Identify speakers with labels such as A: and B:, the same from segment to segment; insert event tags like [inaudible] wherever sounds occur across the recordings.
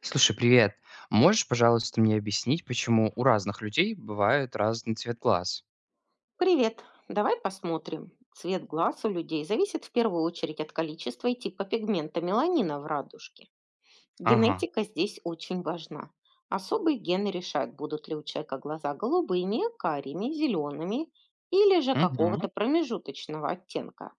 A: Слушай, привет. Можешь, пожалуйста, мне объяснить, почему у разных людей бывает разный цвет глаз?
B: Привет. Давай посмотрим. Цвет глаз у людей зависит в первую очередь от количества и типа пигмента меланина в радужке.
A: Ага.
B: Генетика здесь очень важна. Особые гены решают, будут ли у человека глаза голубыми, карими, зелеными или же
A: Мгм.
B: какого-то промежуточного оттенка.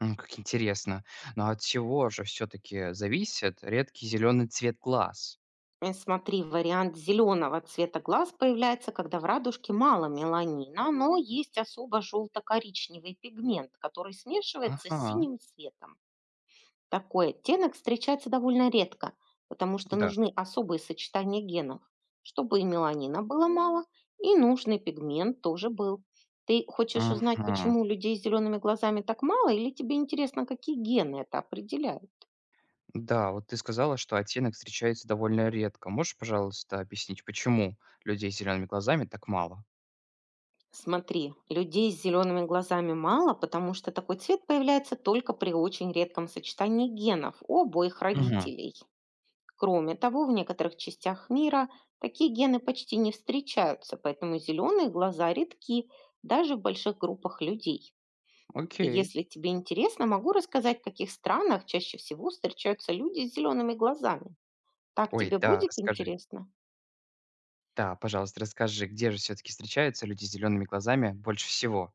A: Как интересно. Но от чего же все-таки зависит редкий зеленый цвет глаз?
B: Смотри, вариант зеленого цвета глаз появляется, когда в радужке мало меланина, но есть особо желто-коричневый пигмент, который смешивается с
A: Ага.
B: синим цветом. Такой оттенок встречается довольно редко, потому что
A: Да.
B: нужны особые сочетания генов, чтобы и меланина было мало, и нужный пигмент тоже был. Ты хочешь узнать,
A: Ага.
B: почему людей с зелеными глазами так мало, или тебе интересно, какие гены это определяют?
A: Да, вот ты сказала, что оттенок встречается довольно редко. Можешь, пожалуйста, объяснить, почему людей с зелеными глазами так мало?
B: Смотри, людей с зелеными глазами мало, потому что такой цвет появляется только при очень редком сочетании генов у обоих
A: Угу.
B: родителей. Кроме того, в некоторых частях мира такие гены почти не встречаются, поэтому зеленые глаза редки даже в больших группах людей. И
A: Окей.
B: Если тебе интересно, могу рассказать, в каких странах чаще всего встречаются люди с зелеными глазами. Так
A: Ой,
B: тебе
A: да,
B: будет
A: расскажи.
B: интересно?
A: Да, пожалуйста, расскажи, где же все-таки встречаются люди с зелеными глазами больше всего?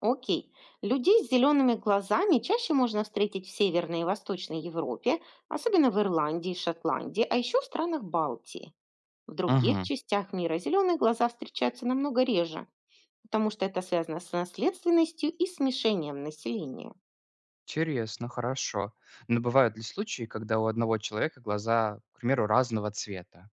B: Окей. Людей с зелеными глазами чаще можно встретить в Северной и Восточной Европе, особенно в Ирландии и Шотландии, а еще в странах Балтии. В других
A: Мгм.
B: частях мира зеленые глаза встречаются намного реже, потому что это связано с наследственностью и смешением населения.
A: Интересно, хорошо. Но бывают ли случаи, когда у одного человека глаза, к примеру, разного цвета?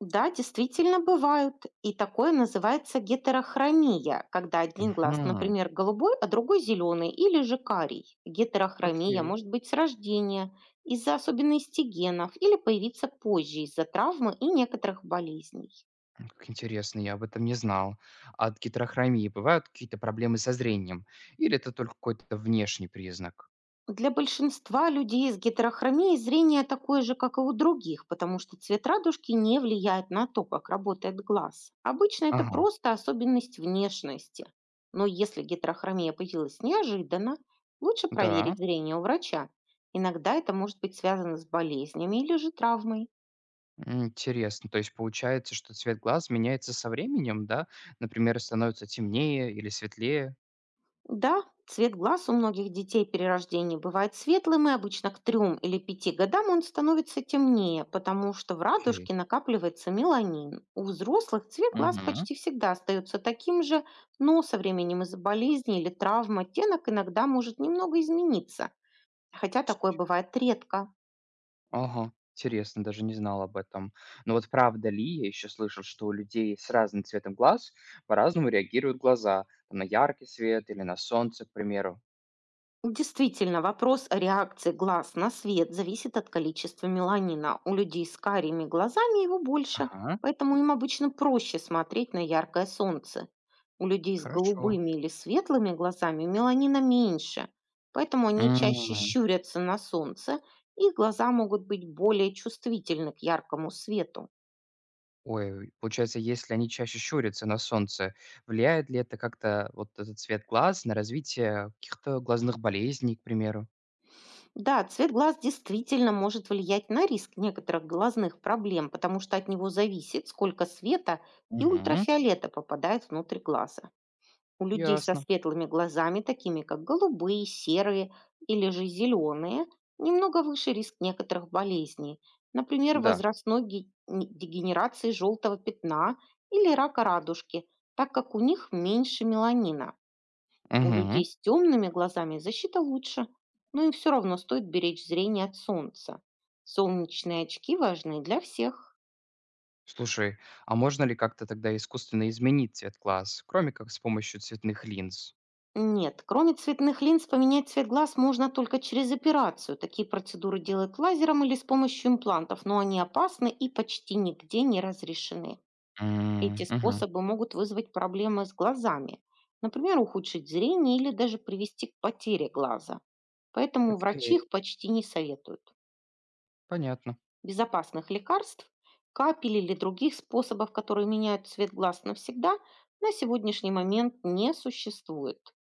B: Да, действительно бывают, и такое называется гетерохромия, когда один глаз,
A: Мгм.
B: например, голубой, а другой зеленый или же карий. Гетерохромия
A: Окей.
B: может быть с рождения, из-за особенностей генов или появиться позже из-за травмы и некоторых болезней.
A: Как интересно, я об этом не знал. А от гетерохромии бывают какие-то проблемы со зрением? Или это только какой-то внешний признак?
B: Для большинства людей с гетерохромией зрение такое же, как и у других, потому что цвет радужки не влияет на то, как работает глаз. Обычно это
A: Ага,
B: просто особенность внешности. Но если гетерохромия появилась неожиданно, лучше проверить
A: да.
B: зрение у врача. Иногда это может быть связано с болезнями или же травмой.
A: Интересно. То есть получается, что цвет глаз меняется со временем, да? Например, становится темнее или светлее?
B: Да, цвет глаз у многих детей при рождении бывает светлым, и обычно к трем или пяти годам он становится темнее, потому что в
A: Окей.
B: радужке накапливается меланин. У взрослых цвет глаз
A: Мгм.
B: почти всегда остается таким же, но со временем из-за болезни или травм оттенок иногда может немного измениться, хотя такое бывает редко.
A: Ага, интересно, даже не знал об этом. Но вот правда ли, я еще слышал, что у людей с разным цветом глаз по-разному реагируют глаза, там, на яркий свет или на солнце, к примеру.
B: Действительно, вопрос о реакции глаз на свет зависит от количества меланина. У людей с карими глазами его больше,
A: Ага,
B: поэтому им обычно проще смотреть на яркое солнце. У людей с
A: хорошо.
B: голубыми или светлыми глазами меланина меньше, поэтому они чаще
A: М,
B: щурятся на солнце, и глаза могут быть более чувствительны к яркому свету.
A: Ой, получается, если они чаще щурятся на солнце, влияет ли это как-то вот этот цвет глаз на развитие каких-то глазных болезней, к примеру?
B: Да, цвет глаз действительно может влиять на риск некоторых глазных проблем, потому что от него зависит, сколько света и
A: Угу,
B: ультрафиолета попадает внутрь глаза. У людей со
A: ясно.
B: светлыми глазами, такими как голубые, серые или же зеленые, немного выше риск некоторых болезней, например,
A: Да.
B: возрастной дегенерации желтого пятна или рака радужки, так как у них меньше меланина. У людей
A: Угу.
B: с темными глазами защита лучше, но им все равно стоит беречь зрение от солнца. Солнечные очки важны для всех.
A: Слушай, а можно ли как-то тогда искусственно изменить цвет глаз, кроме как с помощью цветных линз?
B: Нет, кроме цветных линз, поменять цвет глаз можно только через операцию. Такие процедуры делают лазером или с помощью имплантов, но они опасны и почти нигде не разрешены.
A: М,
B: Эти
A: мгм.
B: способы могут вызвать проблемы с глазами, например, ухудшить зрение или даже привести к потере глаза. Поэтому врачи
A: Окей,
B: их почти не советуют.
A: понятно.
B: Безопасных лекарств, капель или других способов, которые меняют цвет глаз навсегда, на сегодняшний момент не существует.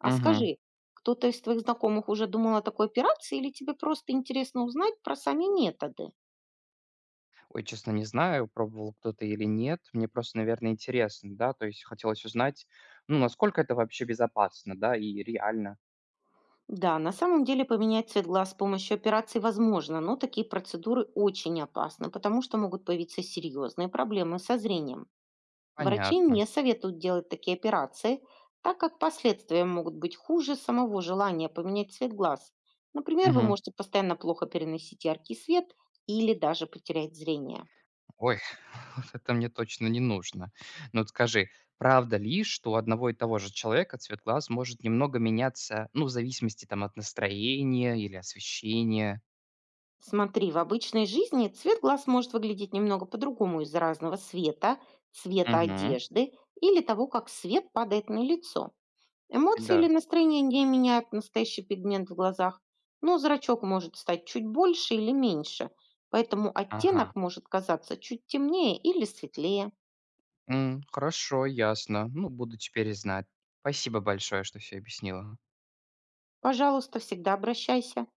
B: А
A: Мгм.
B: скажи, кто-то из твоих знакомых уже думал о такой операции или тебе просто интересно узнать про сами методы?
A: Ой, честно, не знаю, пробовал кто-то или нет. Мне просто, наверное, интересно, да, то есть хотелось узнать, ну, насколько это вообще безопасно, да, и реально.
B: Да, на самом деле поменять цвет глаз с помощью операции возможно, но такие процедуры очень опасны, потому что могут появиться серьезные проблемы со зрением. Врачи не
A: Понятно.
B: советуют делать такие операции, так как последствия могут быть хуже самого желания поменять цвет глаз. Например, вы
A: Мгм.
B: можете постоянно плохо переносить яркий свет или даже потерять зрение.
A: Ой, [laughs] вот это мне точно не нужно. Но вот скажи, правда ли, что у одного и того же человека цвет глаз может немного меняться, ну, в зависимости там от настроения или освещения?
B: Смотри, в обычной жизни цвет глаз может выглядеть немного по-другому из-за разного света, цвета
A: Угу.
B: одежды или того, как свет падает на лицо. Эмоции или
A: Да.
B: настроение не меняют настоящий пигмент в глазах, но зрачок может стать чуть больше или меньше, поэтому
A: Ага.
B: оттенок может казаться чуть темнее или светлее.
A: Хорошо, ясно. Ну, буду теперь знать. Спасибо большое, что все объяснила.
B: Пожалуйста, всегда обращайся.